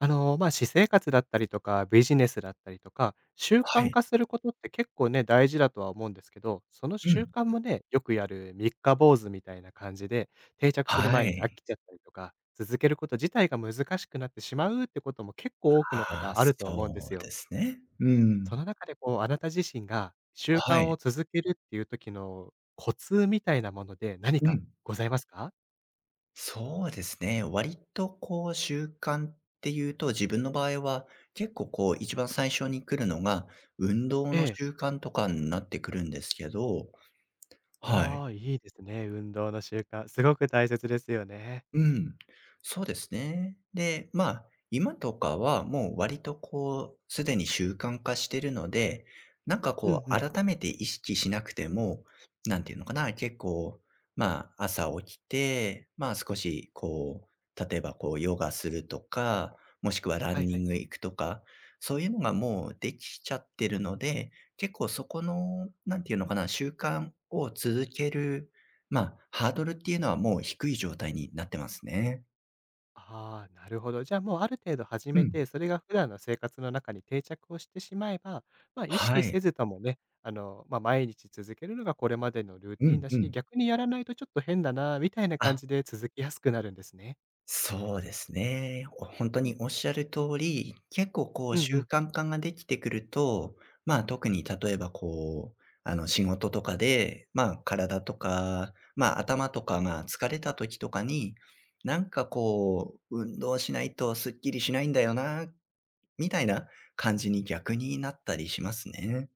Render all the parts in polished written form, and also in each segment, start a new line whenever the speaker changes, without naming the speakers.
私生活だったりとか、ビジネスだったりとか、習
は
慣
い。
化することって結構ね、大事だとは思うんですけど、その
う
習
ん。
慣もね、よくやる三日坊主みたいな感じで、定着する
は
前に飽
い。
きちゃったりとか、続けること自体が難しくなってしまうってことも結構多くの
ああ、
方あると思うんで
そ
す
う
よ。
ですね。うん。
その中でこう、あなた自身が習
は
慣
い。
を続けるっていう時のコツみたいなもので何
う
か
ん。
ございますか？
そうですね。割とこう習慣っていうと、自分の場合は結構こう一番最初に来るのが、運動
え
の
え。
習慣とかになってくるんですけど。はい。
ああ、いいですね、運動の習慣、すごく大切ですよね。
うん、そうですね。で、まあ、今とかはもう割とこう、すでに習慣化してるので、なんか
う
こ
んうん。
う、改めて意識しなくても、なんていうのかな、結構、まあ、朝起きて、まあ少しこう、例えばこう、ヨガするとか、もしくはラ
は
ン
いは
ニ
い。
ング行くとか、そういうのがもうできちゃってるので、結構そこの、なんていうのかな、習慣を続けるまあ、ハードルっていうのはもう低い状態になってますね。
ああ、なるほど。じゃあもうある程度始
う
め
ん。
て、それが普段の生活の中に定着をしてしまえば、まあ、意識
はい。
せずともね、毎日続けるのがこれまでのルー
う
ティン
ん
だ
う
し、
ん。
逆にやらないとちょっと変だなみたいな感
あ、
じで続きやすくなるんですね。
そうですね。本当におっしゃる通り、結構こう
うんう
習
ん。
慣化ができてくると、まあ、特に例えばこう、仕事とかで、まあ、体とか、まあ、頭とかが疲れた時とかに、なんかこう、運動しないとすっきりしないんだよな、みたいな感じに逆になったりしますね。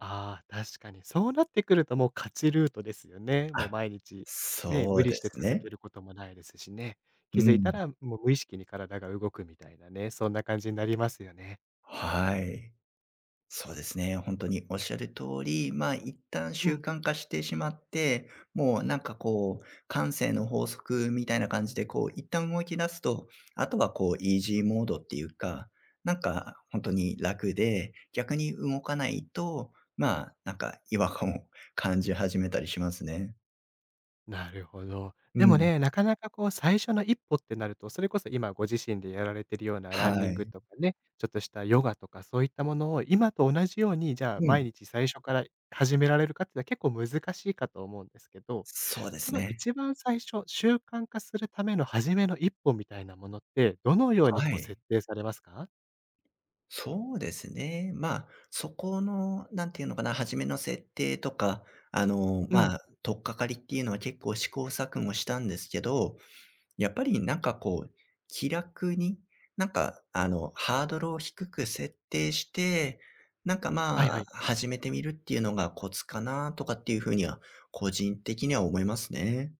ああ、確かに。そうなってくるともう勝ちルートですよね。もう
あ、
毎日、ね、無
そう
理
で
して
す
続け
ね。
ることもないですしね。
う
気づいた
ん。
らもう無意識に体が動くみたいなね、そんな感じになりますよね。
はい。そうですね。本当におっしゃる通り、まあ、一旦
う
習
ん。
慣化してしまって、もうなんかこう、慣性の法則みたいな感じで、こう一旦動き出すと、あとはこうイージーモードっていうか、なんか本当に楽で、逆に動かないと、まあ、なんか違和感を感じ始めたりしますね。
なるほど。
う
でも
ん。
ね、なかなかこう最初の一歩ってなると、それこそ今ご自身でやられてるようなランニ
は
ング
い。
とかね、ちょっとしたヨガとかそういったものを今と同じように、じゃあ
う
毎
ん。
日最初から始められるかっていうのは結構難しいかと思うんですけど、
そうで
そ
す
の
ね。
一番最初、習慣化するための初めの一歩みたいなものって、どのように
は
こう設
い。
定されますか？
そうですね。まあ、そこの、なんていうのかな、初めの設定とか、
うん。
まあ、取っかかりっていうのは結構試行錯誤したんですけど、やっぱりなんかこう、気楽に、なんか、ハードルを低く設定して、なんか
はい
ま
は
あ、
い。
始めてみるっていうのがコツかなとかっていうふうには、個人的には思いますね。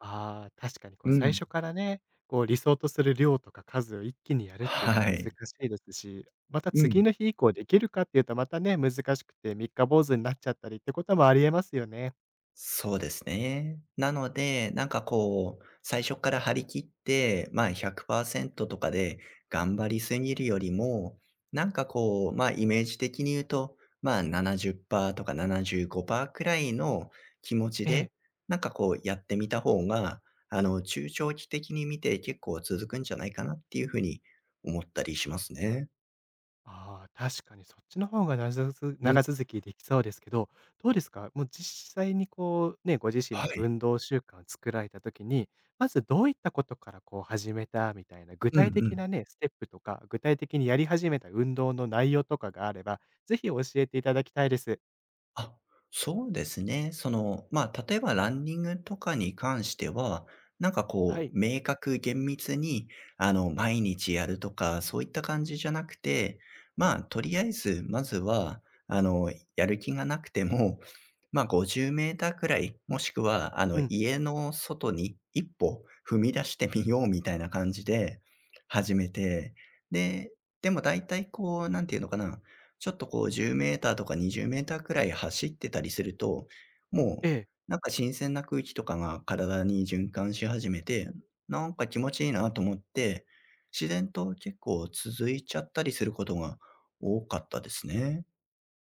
ああ、確かにこう
う
最
ん。
初からね、こう理想とする量とか数を一気にやるっていうと
は
難し
い。
いですし、また
う
次
ん。
の日以降できるかっていうとまたね、難しくて三日坊主になっちゃったりってこともありえますよね。
そうですね。なので、なんかこう、最初から張り切って、まあ100%とかで頑張りすぎるよりも、なんかこう、まあイメージ的に言うと、まあ70%とか75%くらいの気持ち
え
で、
え。
なんかこうやってみた方が、中長期的に見て結構続くんじゃないかなっていうふうに思ったりしますね。
ああ、確かにそっちの方が長続
うん。
長続きできそうですけど、どうですか？もう実際にこうね、ご自身
は
の
い。
運動習慣を作られた時に、まずどういったことからこう始めたみたいな、具
うんう
体的
ん。
なね、ステップとか、具体的にやり始めた運動の内容とかがあれば、ぜひ教えていただきたいです。
あ、そうですね。その、まあ、例えばランニングとかに関しては、なんか
は
こ
い。
う、明確厳密に、毎日やるとか、そういった感じじゃなくて、まあ、とりあえず、まずは、やる気がなくても、まあ、50メーターくらい、もしくは、
うん。
家の外に一歩踏み出してみようみたいな感じで始めて、で、でも大体こう、なんていうのかなちょっとこう1 0ーターとか2 0ーターくらい走ってたりすると、も
え
う、
え。
なんか新鮮な空気とかが体に循環し始めて、なんか気持ちいいなと思って、自然と結構続いちゃったりすることが多かったですね。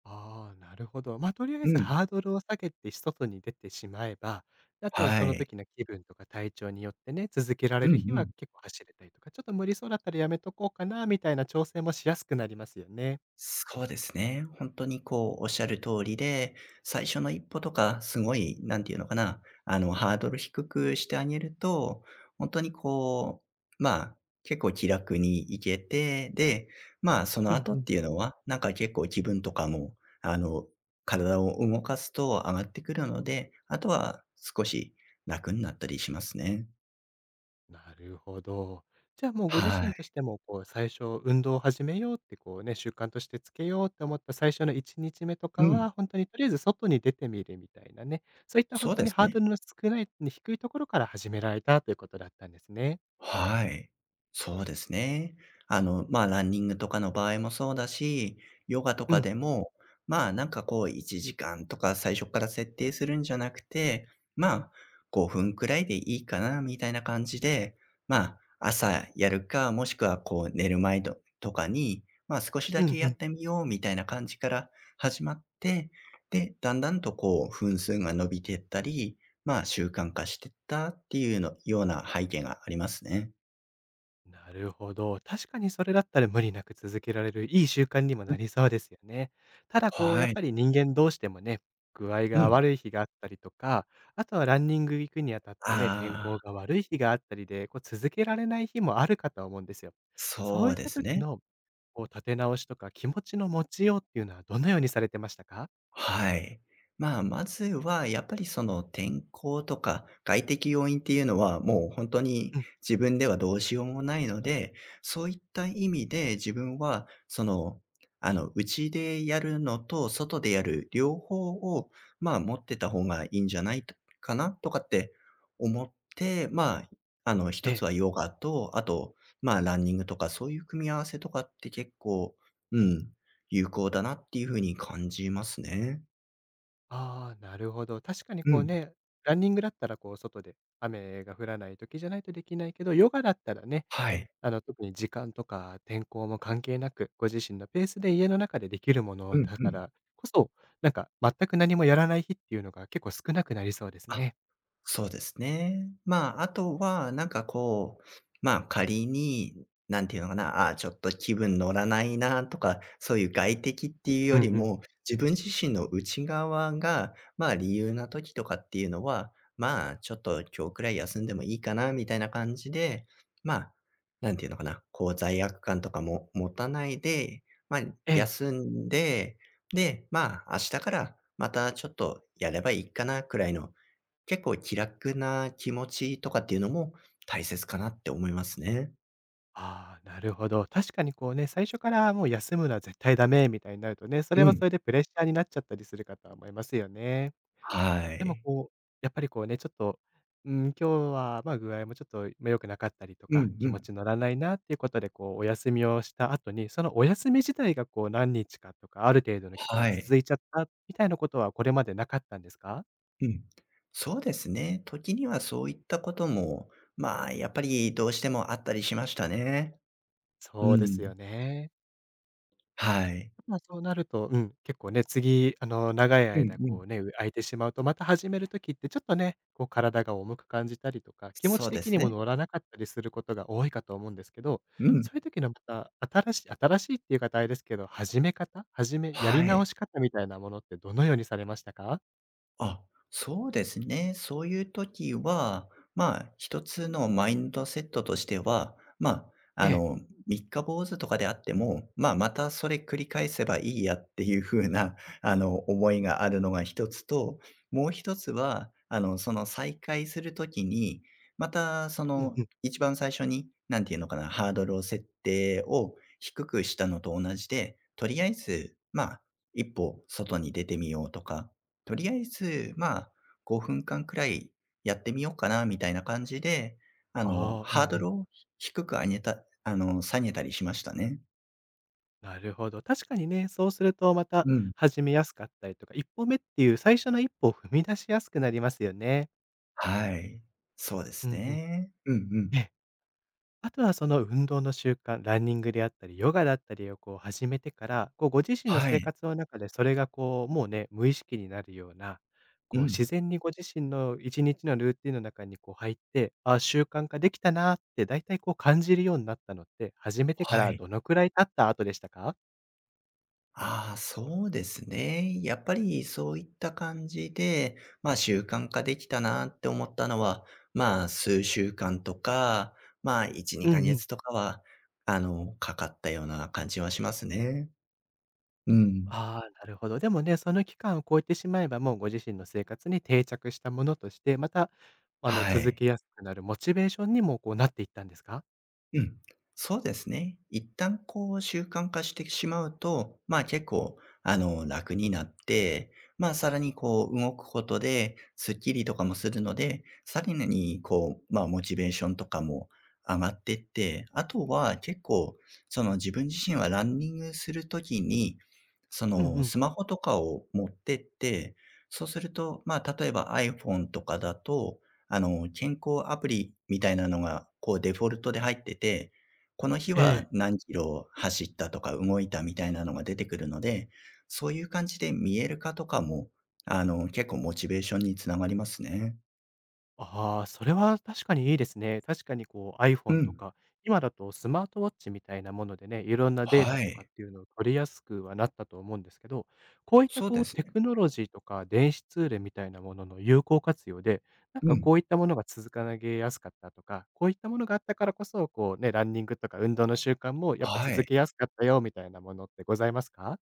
ああ、なるほど。まあ、とりあえ
う
ず
ん。
ハードルを下げて外に出てしまえば、あとは
は
その
い。
時の気分とか体調によってね、続けられ
うんう
る日は
ん。
結構走れたりとか、ちょっと無理そうだったらやめとこうかなみたいな調整もしやすくなりますよね。
そうですね。本当にこうおっしゃる通りで、最初の一歩とかすごい、なんていうのかな、ハードル低くしてあげると、本当にこう、まあ、結構気楽に行けて、で、まあ、そ
う
の
ん
後
う
っ
ん。
ていうのは、なんか結構気分とかも、あの、体を動かすと上がってくるので、あとは少し楽になったりしますね。
なるほど。じゃあもうご自
は
身
い。
としても、こう最初運動を始めようって、こうね、習慣としてつけようって思った最初の1日目と
う
か
ん、
は、本当にとりあえず外に出てみるみたいなね、そういった本
そう
当
で
に
す
ハー
ね。
ドルの少ない、低いところから始められたということだったんですね。
はい。そうですね。まあ、ランニングとかの場合もそうだし、ヨガと
う
か
ん。
でも、まあ、なんかこう、1時間とか最初から設定するんじゃなくて、まあ、5分くらいでいいかな、みたいな感じで、まあ、朝やるか、もしくはこう、寝る前ととかに、まあ、少し
う
だ
ん
け
う
やっ
ん。
てみよう、みたいな感じから始まって、で、だんだんとこう、分数が伸びてったり、まあ、習慣化してったっていうのような背景がありますね。
なるほど。確かにそれだったら無理なく続けられるいい習慣にも
う
な
ん、
りそうですよね。ただこう、や
は
っ
い。
ぱり人間どうしてもね、具合
う
が
ん。
悪い日があったりとか、あとはランニング行くにあたってね、天
あ
候
あ、
が悪い日があったりで、こう続けられない日もあるかと思うんですよ。そう
そ
い
う
っ
で
た
す
時
ね。
のこう立て直しとか気持ちの持ちようっていうのはどのようにされてましたか？
はい。まあ、まずは、やっぱりその天候とか外的要因っていうのは、もう本当に
うん。
自分ではどうしようもないので、そういった意味で自分は、その、うちでやるのと外でやる両方を、まあ、持ってた方がいいんじゃないかなとかって思って、まあ、
え
一つ
え。
はヨガと、あと、まあ、ランニングとか、そういう組み合わせとかって結構、うん、有効だなっていう風に感じますね。
ああ、なるほど。確かに
う
こう
ん。
ね、ランニングだったらこう外で雨が降らない時じゃないとできないけど、ヨガだったらね、
はい。
あの、特に時間とか天候も関係なく、ご自身のペースで家の中でできるもの
うん
だ
う
か
ん。
らこそ、なんか全く何もやらない日っていうのが結構少なくなりそうです
あ、
ね。
そうですね。まあ、あとは、なんかこう、まあ、仮に、なんていうのかな、ああ、ちょっと気分乗らないなとか、そういう外的っていう
う
よ
ん
り
うん。
も、自分自身の内側が、まあ、理由な時とかっていうのは、まあ、ちょっと今日くらい休んでもいいかなみたいな感じで、まあ、なんていうのかな、こう罪悪感とかも持たないで、まあ、
ええ。
休んで、で、まあ、明日からまたちょっとやればいいかなくらいの結構気楽な気持ちとかっていうのも大切かなって思いますね。
ああ、なるほど。確かにこうね、最初からもう休むのは絶対ダメみたいになるとね、それ
う
はそ
ん。
れでプレッシャーになっちゃったりするかとは思いますよね。
は
でも
い。
こう、やっぱりこうね、ちょっと、うん、今日は、具合もちょっと、ま、良くなかったりと
う
か、
ん
気
う
持
ん。
ち乗らないなっていうことで、こうお休みをした後に、そのお休み自体がこう何日かとか、ある程度の期間
は
続
い。
いちゃったみたいなことは、これまでなかったんですか？
うん。そうですね。時にはそういったことも、まあ、やっぱりどうしてもあったりしましたね。う
そうです
ん。
よね。
はい。
まあ、そうなると、うん、結構ね、次、あの、長い
うん
間
う
こ
ん。
うね、空いてしまうと、また始める時ってちょっとね、こう体が重く感じたりとか、気持ち
そうで
的に
す
も
ね。
乗らなかったりすることが多いかと思うんですけど、
うん。
そういう時のまた新しいっていう方あれですけど、始めやり
は
直
い。
し方みたいなものってどのようにされましたか？
あ、そうですね。そういう時は、まあ、一つのマインドセットとしては、まあ、
え
あ
え。
の、三日坊主とかであっても、まあ、またそれ繰り返せばいいやっていう風な、思いがあるのが一つと、もう一つは、その再開する時に、また、そ
うん
の、
うん。
一番最初に、なんていうのかな、ハードルを設定を低くしたのと同じで、とりあえず、まあ、一歩外に出てみようとか、とりあえず、まあ、5分間くらいやってみようかなみたいな感じで、
ああ、うん
ハード
うん。
ルを低く上げたあの、下げたりしましたね。
なるほど。確かにね、そうするとまた
うん。
始めやすかったりとか、一歩目っていう最初の一歩を踏み出しやすくなりますよね。
はい。そうで
う
す
んうん。
ね。うんう
え
ん。
え。あとはその運動の習慣、ランニングであったり、ヨガだったりをこう始めてから、こうご自身の
は
生
い。
活の中でそれがこう、もうね、無意識になるような、
う
こう
ん。
自然にご自身の1日のルーティンの中にこう入って、あ習慣化できたなってだいたいこう感じるようになったのって、始めてか
は
ら
い。
どのくらい経った後でしたか？
ああ、そうですね。やっぱりそういった感じで、まあ、習慣化できたなって思ったのは、まあ、数週間とか、まあ、1、
うん
2
う
ヶ
ん。
月とかは、かかったような感じはしますね。うん。
ああ、なるほど。でもね、その期間を超えてしまえば、もうご自身の生活に定着したものとして、またあの
は
続
い。
けやすくなるモチベーションにもこうなっていったんですか？
うん。そうですね。一旦こう習慣化してしまうと、まあ結構、楽になって、まあさらにこう動くことで、スッキリとかもするので、さらにこう、まあモチベーションとかも上がってって、あとは結構、その自分自身はランニングするときに、そ
うんう
の
ん。
スマホとかを持ってって、そうすると、まあ例えば iPhone とかだと、健康アプリみたいなのが、こうデフォルトで入ってて、この日
ええ。
は何キロ走ったとか動いたみたいなのが出てくるので、そういう感じで見える化とかも、結構モチベーションにつながりますね。
ああ、それは確かにいいですね。確かにこう
う
iPhone と
ん。
か、今だとスマートウォッチみたいなものでね、いろんなデータ
は
とかっ
い。
ていうのを取りやすくはなったと思うんですけど、こういった
そう
こ
で
う
す
テ
ね。
クノロジーとか電子ツールみたいなものの有効活用で、なん
う
かこ
ん。
ういったものが続かなげやすかったとか、こういったものがあったからこそ、こうね、ランニングとか運動の習慣もやっぱ
は
続
い。
けやすかったよみたいなものってございますか？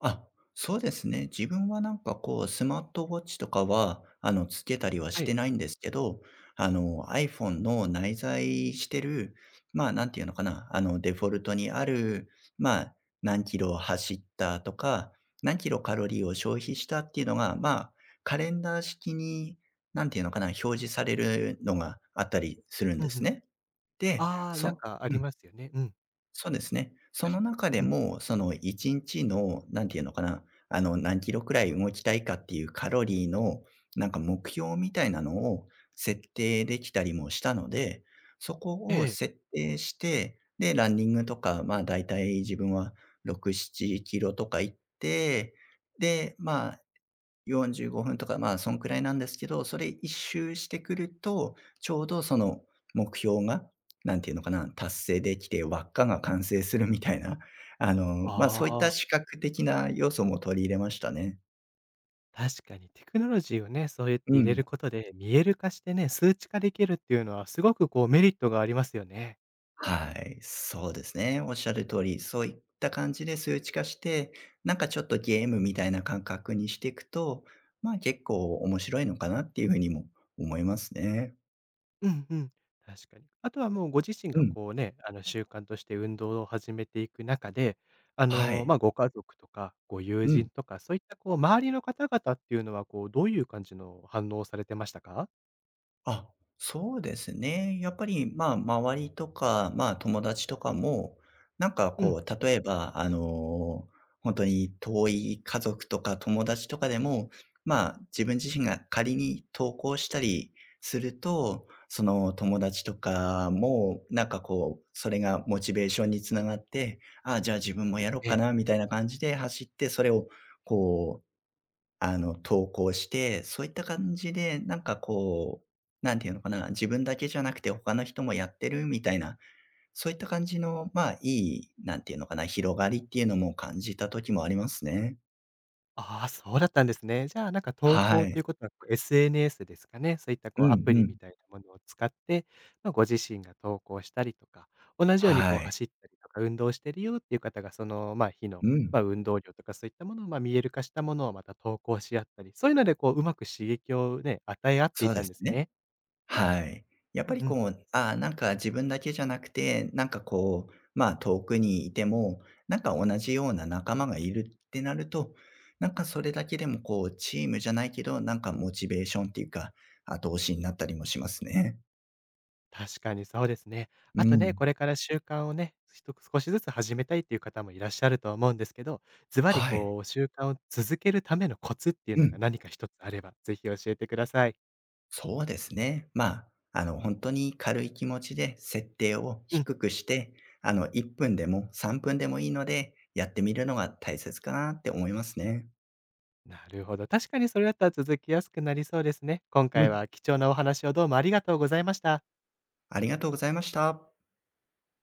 あ、そうですね。自分はなんかこう、スマートウォッチとかは、つけたりは
は
し
い。
てないんですけど、iPhone の内在してる、まあ、なんていうのかな、デフォルトにある、まあ、何キロ走ったとか、何キロカロリーを消費したっていうのが、まあ、カレンダー式に、なんていうのかな、表示されるのがあったりするん
うん
で
う
す
ん。
ね。で、
ああ、なん
そ
かありますよね。うん。
そうですね。そ
確か
の中
う
で
ん。
も、その1日の、なんていうのかな、何キロくらい動きたいかっていうカロリーの、なんか目標みたいなのを設定できたりもしたので、そ
え
こを
え。
設定して、で、ランニングとか、まあ、だいたい自分は6、7キロとか行って、で、ま45分とか、まあ、そんくらいなんですけど、それ一周してくると、ちょうどその目標が、なんていうのかな、達成できて、輪っかが完成するみたいな、
あ
まあ、そういった
あ。
視覚的な要素も取り入れましたね。
確かにテクノロジーをね、そうやっ
う
て入れ
ん。
ることで、見える化してね、数値化できるっていうのはすごくこうメリットがありますよね。
はい、そうですね。おっしゃる通り、そういった感じで数値化して、なんかちょっとゲームみたいな感覚にしていくと、まあ、結構面白いのかなっていうふうにも思いますね。
うんうん。確かに。あとはもうご自身
う
が
ん。
こうね、あの習慣として運動を始めていく中で、
はい。
ご家族とかご友
う
人
ん。
とか、そういったこう周りの方々っていうのは、こうどういう感じの反応をされてましたか？
あ、そうですね。やっぱり、まあ、周りとか、まあ、友達とかも、なんか
うん。
こう、例えば、本当に遠い家族とか友達とかでも、まあ、自分自身が仮に投稿したりすると、その友達とかも、なんかこう、それがモチベーションにつながって、あじゃあ自分もやろう
え
か
え。
なみたいな感じで走って、それをこう投稿して、そういった感じで、なんかこう、なんていうのかな、自分だけじゃなくて他の人もやってるみたいな、そういった感じの、まあ、なんていうのかな、広がりっていうのも感じた時もありますね。
ああ、そうだったんですね。じゃあ、なんか投
は
稿という
い。
ことは、こう SNS ですかね、そういった
う
こうア
ん
プ
う
リみ
ん。
たいなものを使って、まあ、ご自身が投稿したりとか、同じようにこ
は
う
い。
走ったりとか、運動してるよっていう方が、その、まあ、日の、
うん。
まあ、運動量とかそういったものを、まあ、見える化したものをまた投稿し合ったり、そういうのでこう、うまく刺激をね、与え合ってい
そう
た
で
ん
す
です
ね。
ね。
はい。やっぱ
う
り
んうん。
こう、あーなんか自分だけじゃなくて、なんかこう、まあ遠くにいても、なんか同じような仲間がいるってなると、なんかそれだけでもこう、チームじゃないけど、なんかモチベーションっていうか、後押しになったりもしますね。
確かにそうですね。
う
あとね、
ん。
これから習慣をね、少しずつ始めたいっていう方もいらっしゃると思うんですけど、ズバリ
はい。
こう、習慣を続けるためのコツっていう
う
のが
ん。
何か一つあれば、ぜひ教えてください。
そうですね。まあ、本当に軽い気持ちで設定を
うん、
低くして、1分でも3分でもいいので、やってみるのが大切かなって思いますね。
なるほど。確かにそれだったら続きやすくなりそうですね。今
う
回
ん。
は貴重なお話をどうもありがとうございました。
ありがとうございました。